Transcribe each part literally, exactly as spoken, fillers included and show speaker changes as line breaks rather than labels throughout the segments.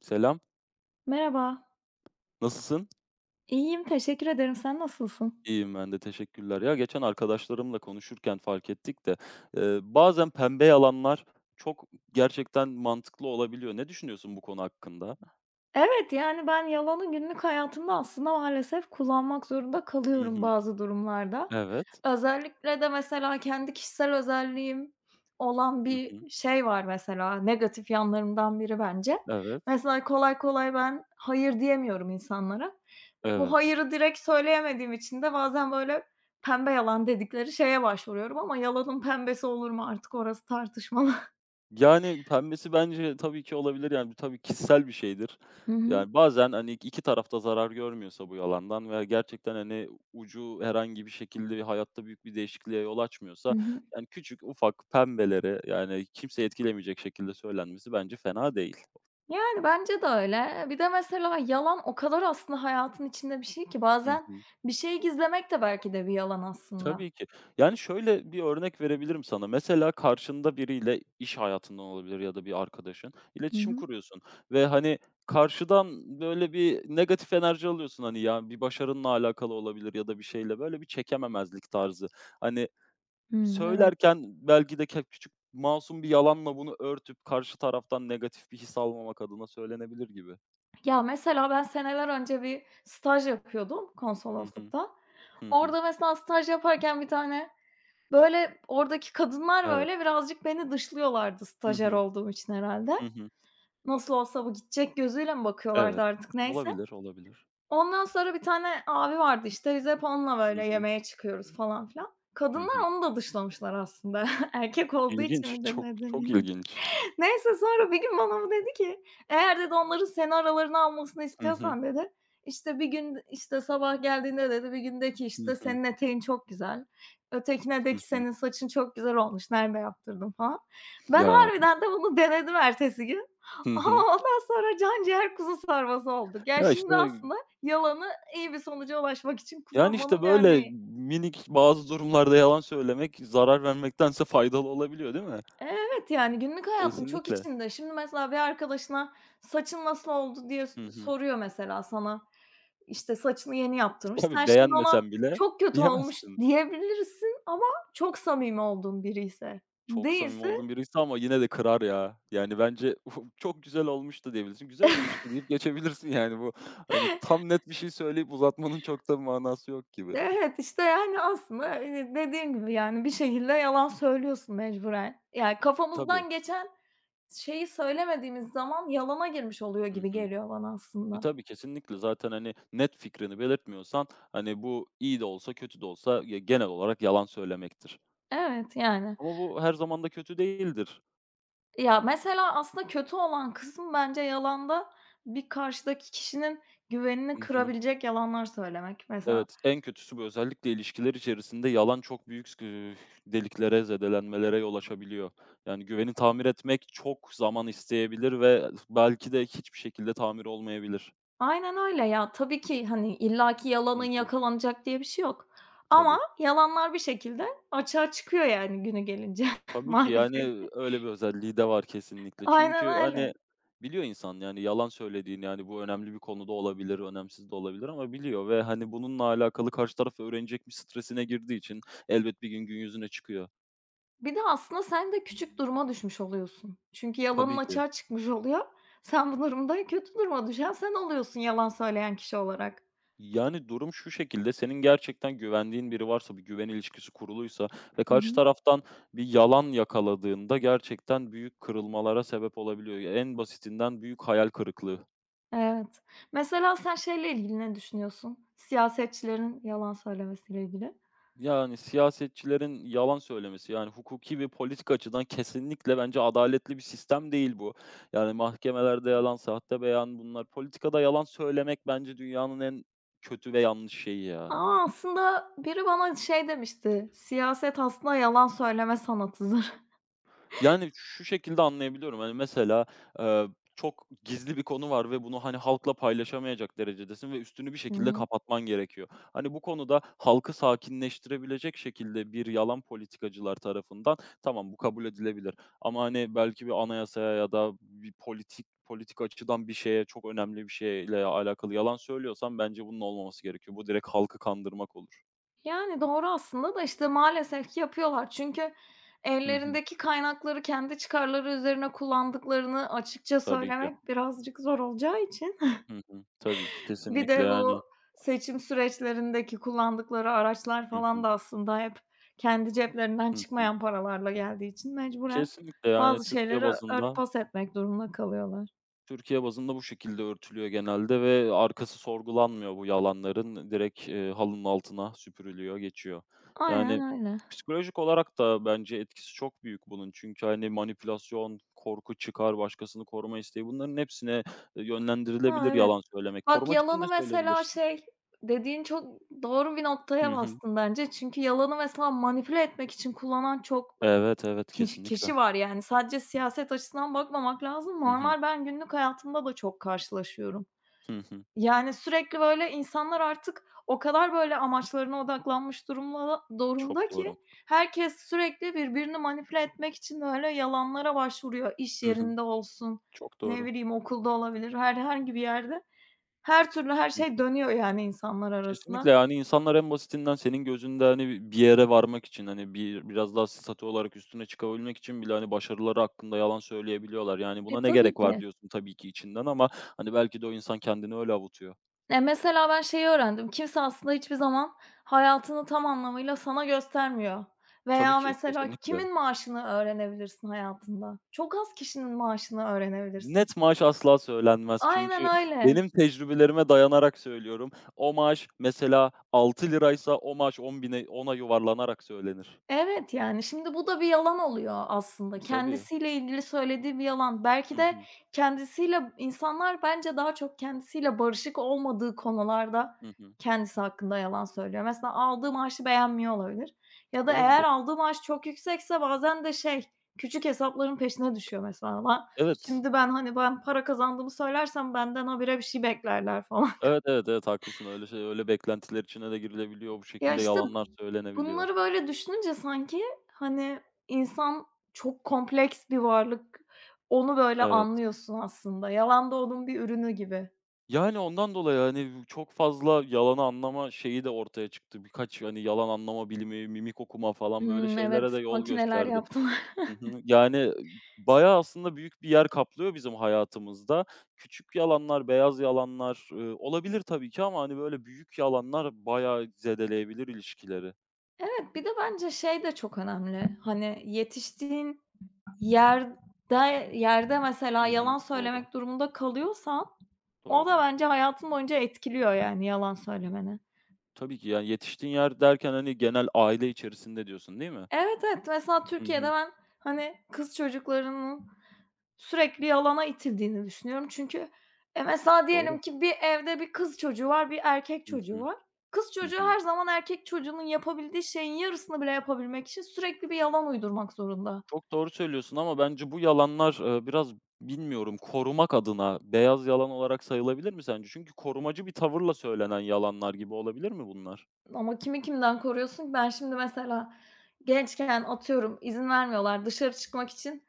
Selam,
Merhaba.
nasılsın?
İyiyim, teşekkür ederim. Sen nasılsın?
İyiyim ben de, teşekkürler. Ya, geçen arkadaşlarımla konuşurken fark ettik de, eee, bazen pembe yalanlar çok gerçekten mantıklı olabiliyor. Ne düşünüyorsun bu konu hakkında?
Evet, yani ben yalanı günlük hayatımda aslında maalesef kullanmak zorunda
Hı
kalıyorum
hı.
bazı durumlarda.
Evet.
Özellikle de mesela kendi kişisel özelliğim olan
Hı
bir
hı.
şey var mesela, negatif yanlarımdan biri bence.
Evet.
Mesela kolay kolay ben hayır diyemiyorum insanlara. Bu
Evet.
hayırı direkt söyleyemediğim için de bazen böyle pembe yalan dedikleri şeye başvuruyorum ama yalanın pembesi olur mu artık orası tartışmalı.
Yani, pembesi bence tabii ki olabilir, yani, bu tabii kişisel bir şeydir.
Hı hı.
Yani, bazen, hani, iki tarafta zarar görmüyorsa bu yalandan veya gerçekten, hani, ucu herhangi bir şekilde bir hayatta büyük bir değişikliğe yol
Hı
açmıyorsa,
hı.
yani, küçük ufak pembelere, yani, kimseyi etkilemeyecek şekilde söylenmesi bence fena değil.
Yani, bence de öyle. Bir de mesela yalan o kadar aslında hayatın içinde bir şey ki
Hı
bazen
hı.
bir şeyi gizlemek de belki de bir yalan aslında.
Tabii ki. Yani, şöyle bir örnek verebilirim sana. Mesela karşında biriyle iş hayatından olabilir ya da bir arkadaşın,
Hı
iletişim
hı.
kuruyorsun ve, hani, karşıdan böyle bir negatif enerji alıyorsun, hani, ya, bir başarınla alakalı olabilir ya da bir şeyle, böyle bir çekememezlik tarzı. Hani,
Hımm, evet.
söylerken belki de ke küçük masum bir yalanla bunu örtüp karşı taraftan negatif bir his almamak adına söylenebilir gibi.
Ya, mesela ben seneler önce bir staj yapıyordum
Hı hı.
konsoloslukta.
Hı hı.
Orada mesela staj yaparken bir tane, böyle, oradaki kadınlar,
Evet.
böyle, birazcık beni dışlıyorlardı
Hı
stajyer
hı.
olduğum için herhâlde.
Hı hı.
Nasıl olsa bu gidecek gözüyle mi bakıyorlardı
Evet.
artık neyse.
Olabilir, olabilir.
Ondan sonra bir tane abi vardı, işte, biz hep onunla
Hı
böyle
hı.
yemeğe çıkıyoruz falan filan.
Hı
Kadınlar
hı.
onu da dışlamışlar aslında. Erkek olduğu için
İlginç,
midir
çok
nedir?
çok ilginç.
Neyse sonra bir gün bana bu dedi ki, "Eğer" dedi, "onların seni aralarına almasını
Hı hı.
istiyorsan" dedi, işte, "Bir gün, işte, sabah geldiğinde" dedi, "Bir gündeki
Hı
işte,
hı.
senin eteğin çok güzel, ötekine de
Hı
ki,
hı.
senin saçın çok güzel olmuş, nerede yaptırdın?" falan. Ben
Ya.
harbiden de bunu denedim ertesi gün
Hı
ama
hı.
ondan sonra canciğer kuzu sarması olduk. Yani
Ya, işte,
şimdi aslında yalanı iyi bir sonuca ulaşmak için
yani, işte,
kullanmanın bir
böyle
örneği.
minik bazı durumlarda yalan söylemek zarar vermektense faydalı olabiliyor, değil mi?
Evet, yani günlük hayatın çok
Kesinlikle.
içinde. Şimdi mesela bir arkadaşına "Saçın nasıl oldu?" diye s
Hı hı.
soruyor mesela sana. İşte, saçını yeni yaptırmış. Sen
Tabii,
şimdi ona
beğenmesen bile
"Çok kötü olmuş."
diyemezsin.
diyebilirsin ama çok samimi olduğun biri ise.
Çok samimi
Değilse.
olduğun biriyse ama yine de kırar ya. Yani, bence "Uf, "Çok güzel olmuştu." diyebilirsin. "Güzel olmuştu." deyip geçebilirsin, yani. Bu, hani, tam net bir şey söyleyip uzatmanın çok da manası yok gibi.
Evet, işte, yani, aslında, eee, dediğim gibi, yani, bir şekilde yalan söylüyorsun mecburen. Yani,
Tabii.
kafamızdan geçen şeyi söylemediğimiz zaman yalana girmiş oluyor
Hı
gibi
hı.
geliyor bana
E,
aslında.
tabii kesinlikle zaten, hani, net fikrini belirtmiyorsan, hani, bu iyi de olsa kötü de olsa ya genel olarak yalan söylemektir.
Evet, yani.
Ama bu her zaman da kötü değildir.
Ya, mesela aslında kötü olan kısım bence yalanda bir karşıdaki kişinin güvenini
Hı hı.
kırabilecek yalanlar söylemek mesela.
Evet, en kötüsü bu. Özellikle ilişkiler içerisinde yalan çok büyük s deliklere, zedelenmelere yol açabiliyor. Yani güveni tamir etmek çok zaman isteyebilir ve belki de hiçbir şekilde tamir olmayabilir.
Aynen öyle ya. Tabii ki, hani, illaki
Hı
yalanın
hı.
yakalanacak diye bir şey yok ama
Tabii.
yalanlar bir şekilde açığa çıkıyor yani günü gelince
Tabii ki,
maalesef.
yani, öyle bir özelliği de var kesinlikle.
Aynen
Çünkü, hani,
öyle.
biliyor insan, yani, yalan söylediğini, yani, bu önemli bir konuda olabilir, önemsiz de olabilir ama biliyor ve, hani, bununla alakalı karşı taraf öğrenecekmiş stresine girdiği için elbet bir gün, gün yüzüne çıkıyor.
Bir de aslında sen de küçük duruma düşmüş oluyorsun. Çünkü yalanın
Tabii ki.
açığa çıkmış oluyor. Sen bu durumda kötü duruma düşen sen oluyorsun yalan söyleyen kişi olarak.
Yani, durum şu şekilde, senin gerçekten güvendiğin biri varsa, bir güven ilişkisi kuruluysa ve karşı taraftan bir yalan yakaladığında gerçekten büyük kırılmalara sebep olabiliyor. en basitinden büyük hayal kırıklığı.
Evet. Mesela sen şeyle ilgili ne düşünüyorsun? Siyasetçilerin yalan söylemesiyle ilgili.
Yani, siyasetçilerin yalan söylemesi, yani, hukuki ve politik açıdan kesinlikle bence adaletli bir sistem değil bu. Yani, mahkemelerde yalan, sahte beyan bunlar. Politikada yalan söylemek bence dünyanın en kötü ve yanlış şeyi ya.
Ama aslında biri bana şey demişti, "Siyaset aslında yalan söyleme sanatıdır."
Yani, şu şekilde anlayabiliyorum. Hani, mesela, eee, çok gizli bir konu var ve bunu, hani, halkla paylaşamayacak derecedesin ve üstünü bir
Hı
şekilde
hı.
kapatman gerekiyor. Hani, bu konuda halkı sakinleştirebilecek şekilde bir yalan politikacılar tarafından tamam, bu kabul edilebilir ama, hani, belki bir anayasaya ya da bir politik politik açıdan bir şeye, çok önemli bir şeyle alakalı yalan söylüyorsan bence bunun olmaması gerekiyor. Bu direkt halkı kandırmak olur.
Yani doğru aslında da işte maalesef ki yapıyorlar. Çünkü
Hı hı.
ellerindeki kaynakları kendi çıkarları üzerine kullandıklarını açıkça
Tabii ki.
söylemek birazcık zor olacağı için.
Hı hı. Tabii ki.
Bir
Kesinlikle,
de
yani.
bu seçim süreçlerindeki kullandıkları araçlar falan
hı.
da aslında hep kendi ceplerinden
Hı hı.
çıkmayan paralarla geldiği için mecburen
Kesinlikle, yani,
bazı
Türkiye
şeyleri
bazında
örtbas etmek durumunda kalıyorlar.
Türkiye bazında bu şekilde örtülüyor genelde ve arkası sorgulanmıyor bu yalanların. Direkt, eee, halının altına süpürülüyor, geçiyor.
Aynen
Yani,
öyle.
psikolojik olarak da bence etkisi çok büyük bunun. Çünkü, hani, manipülasyon, korku, çıkar, başkasını koruma isteği bunların hepsine, eee,
A,
yönlendirilebilir
evet.
yalan söylemek.
Bak
Korumak için
yalanı
de
mesela
söyleyebilirsin.
şey, dediğin çok doğru bir
Hı
noktaya
hı.
bastın bence. Çünkü yalanı mesela manipüle etmek için kullanan çok
Evet, evet,
kiş
kesinlikle.
kişi var yani. Sadece siyaset açısından bakmamak lazım.
Hı hı.
Normal ben günlük hayatımda da çok karşılaşıyorum.
Hı hı.
Yani, sürekli, böyle, insanlar artık o kadar, böyle, amaçlarına odaklanmış durumla durumda
Çok doğru.
ki herkes sürekli birbirini manipüle etmek için, böyle, yalanlara başvuruyor. İş
Hı hı.
yerinde olsun,
Çok
ne
doğru.
bileyim, okulda olabilir, herhangi bir yerde her türlü her
Hı
şey
hı.
dönüyor, yani, insanlar arasında.
Kesinlikle, yani, insanlar en basitinden senin gözünde, hani, bir yere varmak için, hani, bir biraz daha statü olarak üstüne çıkabilmek için bile, hani, başarıları hakkında yalan söyleyebiliyorlar. Yani,
E,
buna ne
tabii
gerek var
ki.
diyorsun tabii ki içinden ama, hani, belki de o insan kendini öyle avutuyor.
Ya, mesela ben şeyi öğrendim, kimse aslında hiçbir zaman hayatını tam anlamıyla sana göstermiyor
Tabii
veya
ki,
mesela
kesinlikle.
kimin maaşını öğrenebilirsin hayatında? Çok az kişinin maaşını öğrenebilirsin.
Net maaş asla söylenmez
Aynen
çünkü
öyle.
benim tecrübelerime dayanarak söylüyorum. O maaş mesela altı liraysa o maaş on bine ona yuvarlanarak söylenir.
Evet, yani, şimdi bu da bir yalan oluyor aslında.
Tabii.
Kendisiyle ilgili söylediği bir yalan. Belki
Hı
de
hı.
kendisiyle insanlar bence daha çok kendisiyle barışık olmadığı konularda
Hı hı.
kendisi hakkında yalan söylüyor. Mesela aldığı maaşı beğenmiyor olabilir ya da eğer
Olabilir.
aldığı maaş çok yüksekse bazen de şey, küçük hesapların peşine düşüyor mesela. "Lan,
Evet.
şimdi ben, hani, ben para kazandığımı söylersem benden habire bir şey beklerler." falan.
Evet, evet, evet, haklısın. Öyle şey öyle beklentiler içine de girilebiliyor. Bu
Ya,
şekilde
işte,
yalanlar söylenebiliyor.
bunları böyle düşününce sanki, hani, insan çok kompleks bir varlık. Onu böyle
Evet.
anlıyorsun aslında. Yalan da onun bir ürünü gibi.
Yani, ondan dolayı, hani, çok fazla yalanı anlama şeyi de ortaya çıktı. Birkaç, hani, yalan anlama bilimi, mimik okuma falan böyle
Hımm,
şeylere de
evet,
yol
makineler
gösterdi.
yaptılar.
Hı hı. Yani, bayağı aslında büyük bir yer kaplıyor bizim hayatımızda. Küçük yalanlar, beyaz yalanlar, ııı, olabilir tabii ki ama, hani, böyle büyük yalanlar bayağı zedeleyebilir ilişkileri.
Evet, bir de bence şey de çok önemli. Hani, yetiştiğin yerde yerde mesela
Hı hı.
yalan
Doğru,
söylemek durumunda kalıyorsan o da
doğru.
bence hayatın boyunca etkiliyor, yani, yalan söylemeni.
Tabii ki, yani, yetiştiğin yer derken, hani, genel aile içerisinde diyorsun, değil mi?
Evet, evet. Mesela
Hı
Türkiye'de
hı.
ben, hani, kız çocuklarının sürekli yalana itildiğini düşünüyorum. Çünkü, e, mesela
Doğru.
diyelim ki bir evde bir kız çocuğu var, bir erkek
Hı
çocuğu
hı.
var. Kız
Hı
çocuğu
hı.
her zaman erkek çocuğunun yapabildiği şeyin yarısını bile yapabilmek için sürekli bir yalan uydurmak zorunda.
Çok doğru söylüyorsun ama bence bu yalanlar, eee, biraz bilmiyorum, korumak adına beyaz yalan olarak sayılabilir mi sence? Çünkü korumacı bir tavırla söylenen yalanlar gibi olabilir mi bunlar?
Ama kimi kimden koruyorsun ki? Ben şimdi mesela gençken, atıyorum, izin vermiyorlar dışarı çıkmak için.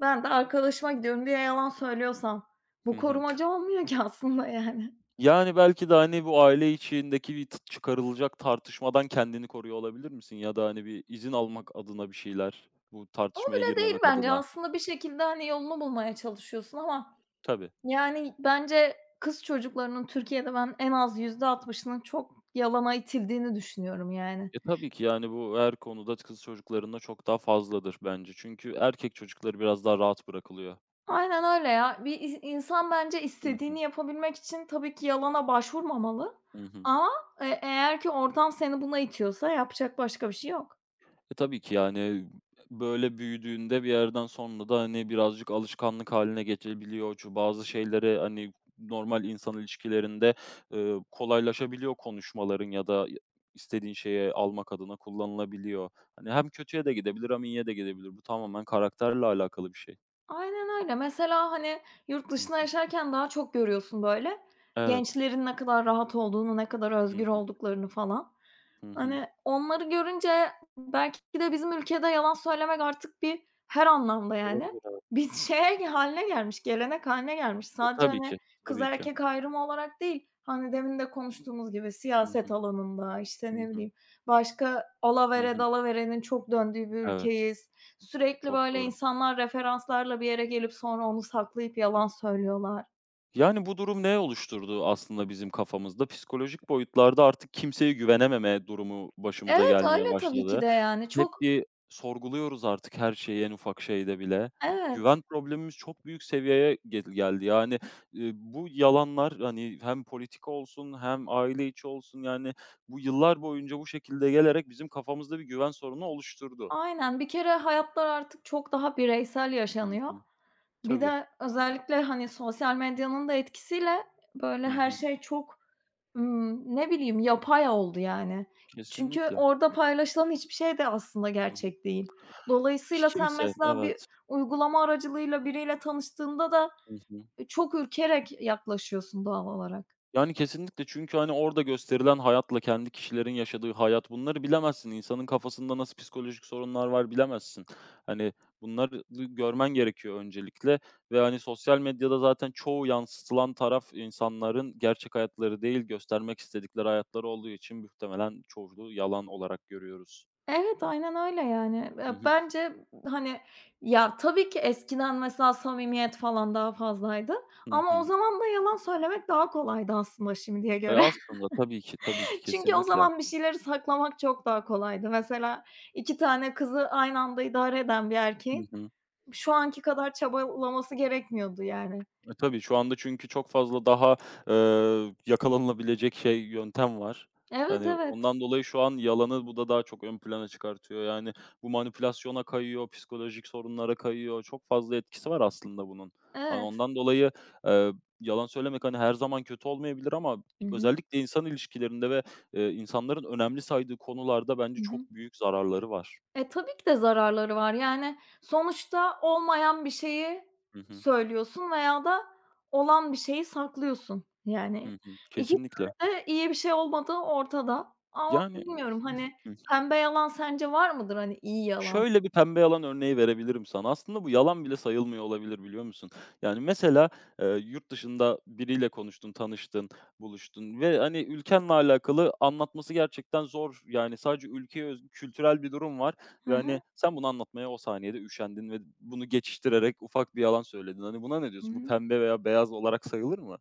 Ben de arkadaşıma gidiyorum diye yalan söylüyorsam bu
Hı hı.
korumacı olmuyor ki aslında yani.
Yani, belki de, hani, bu aile içindeki bir t çıkarılacak tartışmadan kendini koruyor olabilir misin ya da, hani, bir izin almak adına bir şeyler, bu
O
tartışmaya
bile değil
girmemek
bence.
adına.
Aslında bir şekilde, hani, yolunu bulmaya çalışıyorsun ama,
Tabii.
yani, bence kız çocuklarının Türkiye'de ben en az yüzde altmışının çok yalana itildiğini düşünüyorum, yani.
E, tabii ki, yani, bu her konuda kız çocuklarında çok daha fazladır bence. Çünkü erkek çocukları biraz daha rahat bırakılıyor.
Aynen öyle ya. Bir is insan bence
Hı hı.
istediğini yapabilmek için tabii ki yalana başvurmamalı
Hı hı.
ama, eee, eğer ki ortam seni buna itiyorsa yapacak başka bir şey yok.
E, tabii ki, yani, böyle büyüdüğünde bir yerden sonra da, hani, birazcık alışkanlık haline gelebiliyor. Çu bazı şeylere, hani, normal insan ilişkilerinde, eee, kolaylaşabiliyor konuşmaların ya da istediğin şeye almak adına kullanılabiliyor. Hani, hem kötüye de gidebilir hem iyiye de gidebilir. Bu tamamen karakterle alakalı bir şey.
Aynen öyle. Mesela, hani, yurt
Hı
dışında
hı.
yaşarken daha çok görüyorsun böyle.
Evet.
Gençlerin ne kadar rahat olduğunu, ne kadar
Hı
özgür
hı.
olduklarını falan.
Hı hı.
Hani, onları görünce belki de bizim ülkede yalan söylemek artık bir her anlamda yani
Olabilir, evet.
bir şey hâline gelmiş, gelenek hâline gelmiş.
E,
Sadece,
tabii
hani,
ki,
kız
tabii ki.
erkek ayrımı olarak değil, hani, demin de konuştuğumuz gibi
Hı
siyaset
hı.
alanında, işte,
Hı
ne
hı.
bileyim, başka
Hı
alavere
hı.
dalaverenin çok döndüğü bir
Evet,
ülkeyiz. Sürekli
çok
böyle
doğru.
insanlar referanslarla bir yere gelip sonra onu saklayıp yalan söylüyorlar.
Yani, bu durum ne oluşturdu aslında bizim kafamızda? Psikolojik boyutlarda artık kimseye güvenememe durumu başımıza
Evet,
gelmeye
öyle tabii ki
başladı.
de yani.
Hep
Çok.
bir sorguluyoruz artık her şeyi, en ufak şeyde bile.
Evet,
Güven problemimiz çok büyük seviyeye gel geldi. Yani, eee, bu yalanlar, hani, hem politika olsun hem aile içi olsun, yani, bu yıllar boyunca bu şekilde gelerek bizim kafamızda bir güven sorunu oluşturdu.
aynen. Bir kere hayatlar artık çok daha bireysel
Hı
yaşanıyor.
hı.
Bir
Tabii.
de özellikle, hani, sosyal medyanın da etkisiyle böyle
Hı
her
hı.
şey çok, ımm, ne bileyim, yapay oldu yani. Çünkü
Kesinlikle.
orada paylaşılan hiçbir şey de aslında
Hı hı.
gerçek değil.
Ki
Dolayısıyla sen
kimse,
mesela bir
evet.
uygulama aracılığıyla biriyle tanıştığında da
Hı hı.
çok ürkerek yaklaşıyorsun doğal olarak.
Yani kesinlikle çünkü, hani, orada gösterilen hayatla kendi kişilerin yaşadığı hayat, bunları bilemezsin. İnsanın kafasında nasıl psikolojik sorunlar var bilemezsin. Hani, bunları görmen gerekiyor öncelikle ve, hani, sosyal medyada zaten çoğu yansıtılan taraf insanların gerçek hayatları değil, göstermek istedikleri hayatları olduğu için muhtemelen çoğunluğu yalan olarak görüyoruz.
Evet, aynen öyle yani.
Hı
Eee,
hı.
bence, hani, ya, tabii ki eskiden mesela samimiyet falan daha fazlaydı
Hı
ama o
hı.
zaman da yalan söylemek daha kolaydı aslında şimdiye
E,
göre.
aslında tabii ki, tabii ki
Çünkü o
kesinlikle.
zaman bir şeyleri saklamak çok daha kolaydı. Mesela iki tane kızı aynı anda idare eden bir
Hı
erkeğin
hı.
şu anki kadar çabalaması gerekmiyordu yani.
E, tabii şu anda çünkü çok fazla daha, eee, yakalanılabilecek şey, yöntem var.
Evet,
Hani,
evet.
ondan dolayı şu an yalanı bu da daha çok ön plana çıkartıyor. Yani bu manipülasyona kayıyor, psikolojik sorunlara kayıyor. Çok fazla etkisi var aslında bunun. Hani,
Evet.
ondan dolayı, eee, yalan söylemek, hani, her zaman kötü olmayabilir ama
Hı hı.
özellikle insan ilişkilerinde ve, eee, insanların önemli saydığı konularda bence
Hı
çok
hı.
büyük zararları var.
E, tabii ki de zararları var. Yani, sonuçta olmayan bir şeyi
Hı hı.
söylüyorsun veya da olan bir şeyi saklıyorsun.
Hı
Yani,
hı.
iki
Kesinlikle.
türlü de iyi bir şey olmadığı ortada ama
Yani
bilmiyorum, hani, pembe yalan sence var mıdır, hani, iyi yalan?
Şöyle bir pembe yalan örneği verebilirim sana. Aslında bu yalan bile sayılmıyor olabilir, biliyor musun? Yani mesela, eee, yurt dışında biriyle konuştun, tanıştın, buluştun ve, hani, ülkenle alakalı anlatması gerçekten zor. Yani sadece ülkeye özgü kültürel bir durum var
Hı
ve,
hı.
hani, sen bunu anlatmaya o saniyede üşendin ve bunu geçiştirerek ufak bir yalan söyledin. Hani, buna ne
Hı
diyorsun? Bu
hı.
pembe veya beyaz olarak sayılır mı?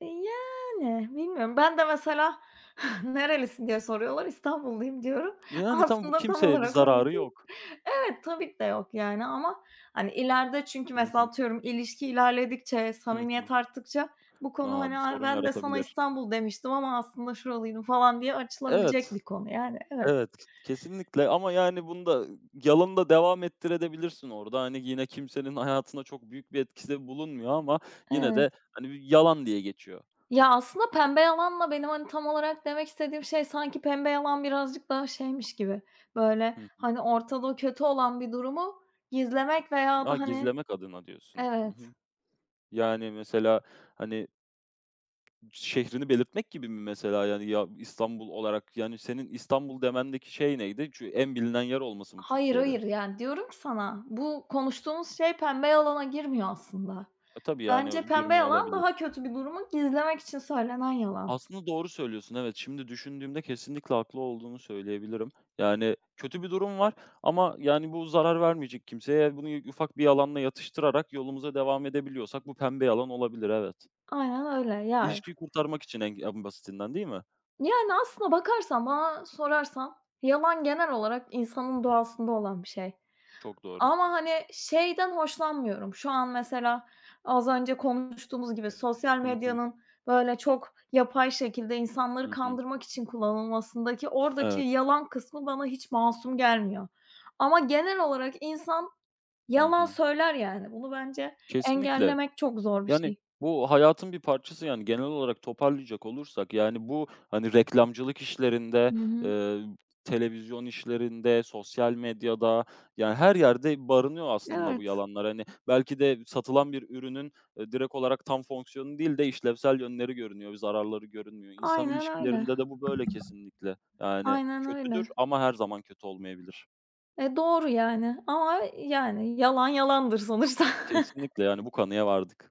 E, yani, bilmiyorum. Ben de mesela nerelisin diye soruyorlar, İstanbulluyum diyorum.
Yani, tam bu
Aslında tam
kimseye bir
olarak orası.
zararı yok.
Evet, tabii ki de yok yani ama, hani, ileride çünkü
Hı
mesela
hı.
atıyorum ilişki ilerledikçe,
Hı hı.
samimiyet arttıkça bu konu,
A,
hani,
bu
"A,
sorun
ben de sana
yaratabilir.
İstanbul demiştim ama aslında şuralıydım." falan diye açılabilecek
Evet.
bir konu yani. Evet,
Evet, kesinlikle ama yani bunda yalanı da devam ettirebilirsin orada. Hani, yine kimsenin hayatına çok büyük bir etkisi bulunmuyor ama yine
evet.
de, hani, bir yalan diye geçiyor.
Ya, aslında pembe yalanla benim, hani, tam olarak demek istediğim şey sanki pembe yalan birazcık daha şeymiş gibi, böyle,
Hı.
hani, ortada kötü olan bir durumu gizlemek veya
A,
da, hani.
gizlemek adına diyorsun. Hı
Evet.
hı. Yani, mesela, hani, şehrini belirtmek gibi mi mesela? Yani, ya, İstanbul olarak, yani, senin İstanbul demendeki şey neydi? Çünkü en bilinen yer olması mı
Hayır,
Türkiye'de?
hayır, yani, diyorum ki sana, bu konuştuğumuz şey pembe yalana girmiyor aslında.
E, tabii,
Bence
yani,
pembe
girmiyor
yalan
olabilir.
daha kötü bir durumu gizlemek için söylenen yalan.
Aslında doğru söylüyorsun, evet. Şimdi düşündüğümde kesinlikle haklı olduğunu söyleyebilirim. Yani, kötü bir durum var ama, yani, bu zarar vermeyecek kimseye. Eğer bunu ufak bir yalanla yatıştırarak yolumuza devam edebiliyorsak bu pembe yalan olabilir, evet.
Aynen öyle. Ya,
İlişkiyi kurtarmak için en en basitinden, değil mi?
yani aslına bakarsan, bana sorarsan yalan genel olarak insanın doğasında olan bir şey.
Çok doğru.
Ama, hani, şeyden hoşlanmıyorum. Şu an mesela az önce konuştuğumuz gibi sosyal
Hı hı.
medyanın böyle çok yapay şekilde insanları
Hı hı.
kandırmak için kullanılmasındaki oradaki
Evet.
yalan kısmı bana hiç masum gelmiyor. Ama genel olarak insan
Hı
yalan
hı.
söyler yani. Bunu bence
Kesinlikle.
engellemek çok zor bir
Yani,
şey.
bu hayatın bir parçası, yani, genel olarak toparlayacak olursak, yani, bu, hani, reklamcılık işlerinde,
Hı hı.
eee, televizyon işlerinde, sosyal medyada, yani, her yerde barınıyor aslında
Evet,
bu yalanlar. Hani, belki de satılan bir ürünün, eee, direkt olarak tam fonksiyonu değil de işlevsel yönleri görünüyor, zararları görünmüyor. İnsan
aynen öyle,
ilişkilerinde de bu böyle kesinlikle. Yani,
aynen
kötüdür
öyle.
ama her zaman kötü olmayabilir.
E, doğru yani ama yani yalan yalandır sonuçta.
Kesinlikle, yani, bu kanıya vardık.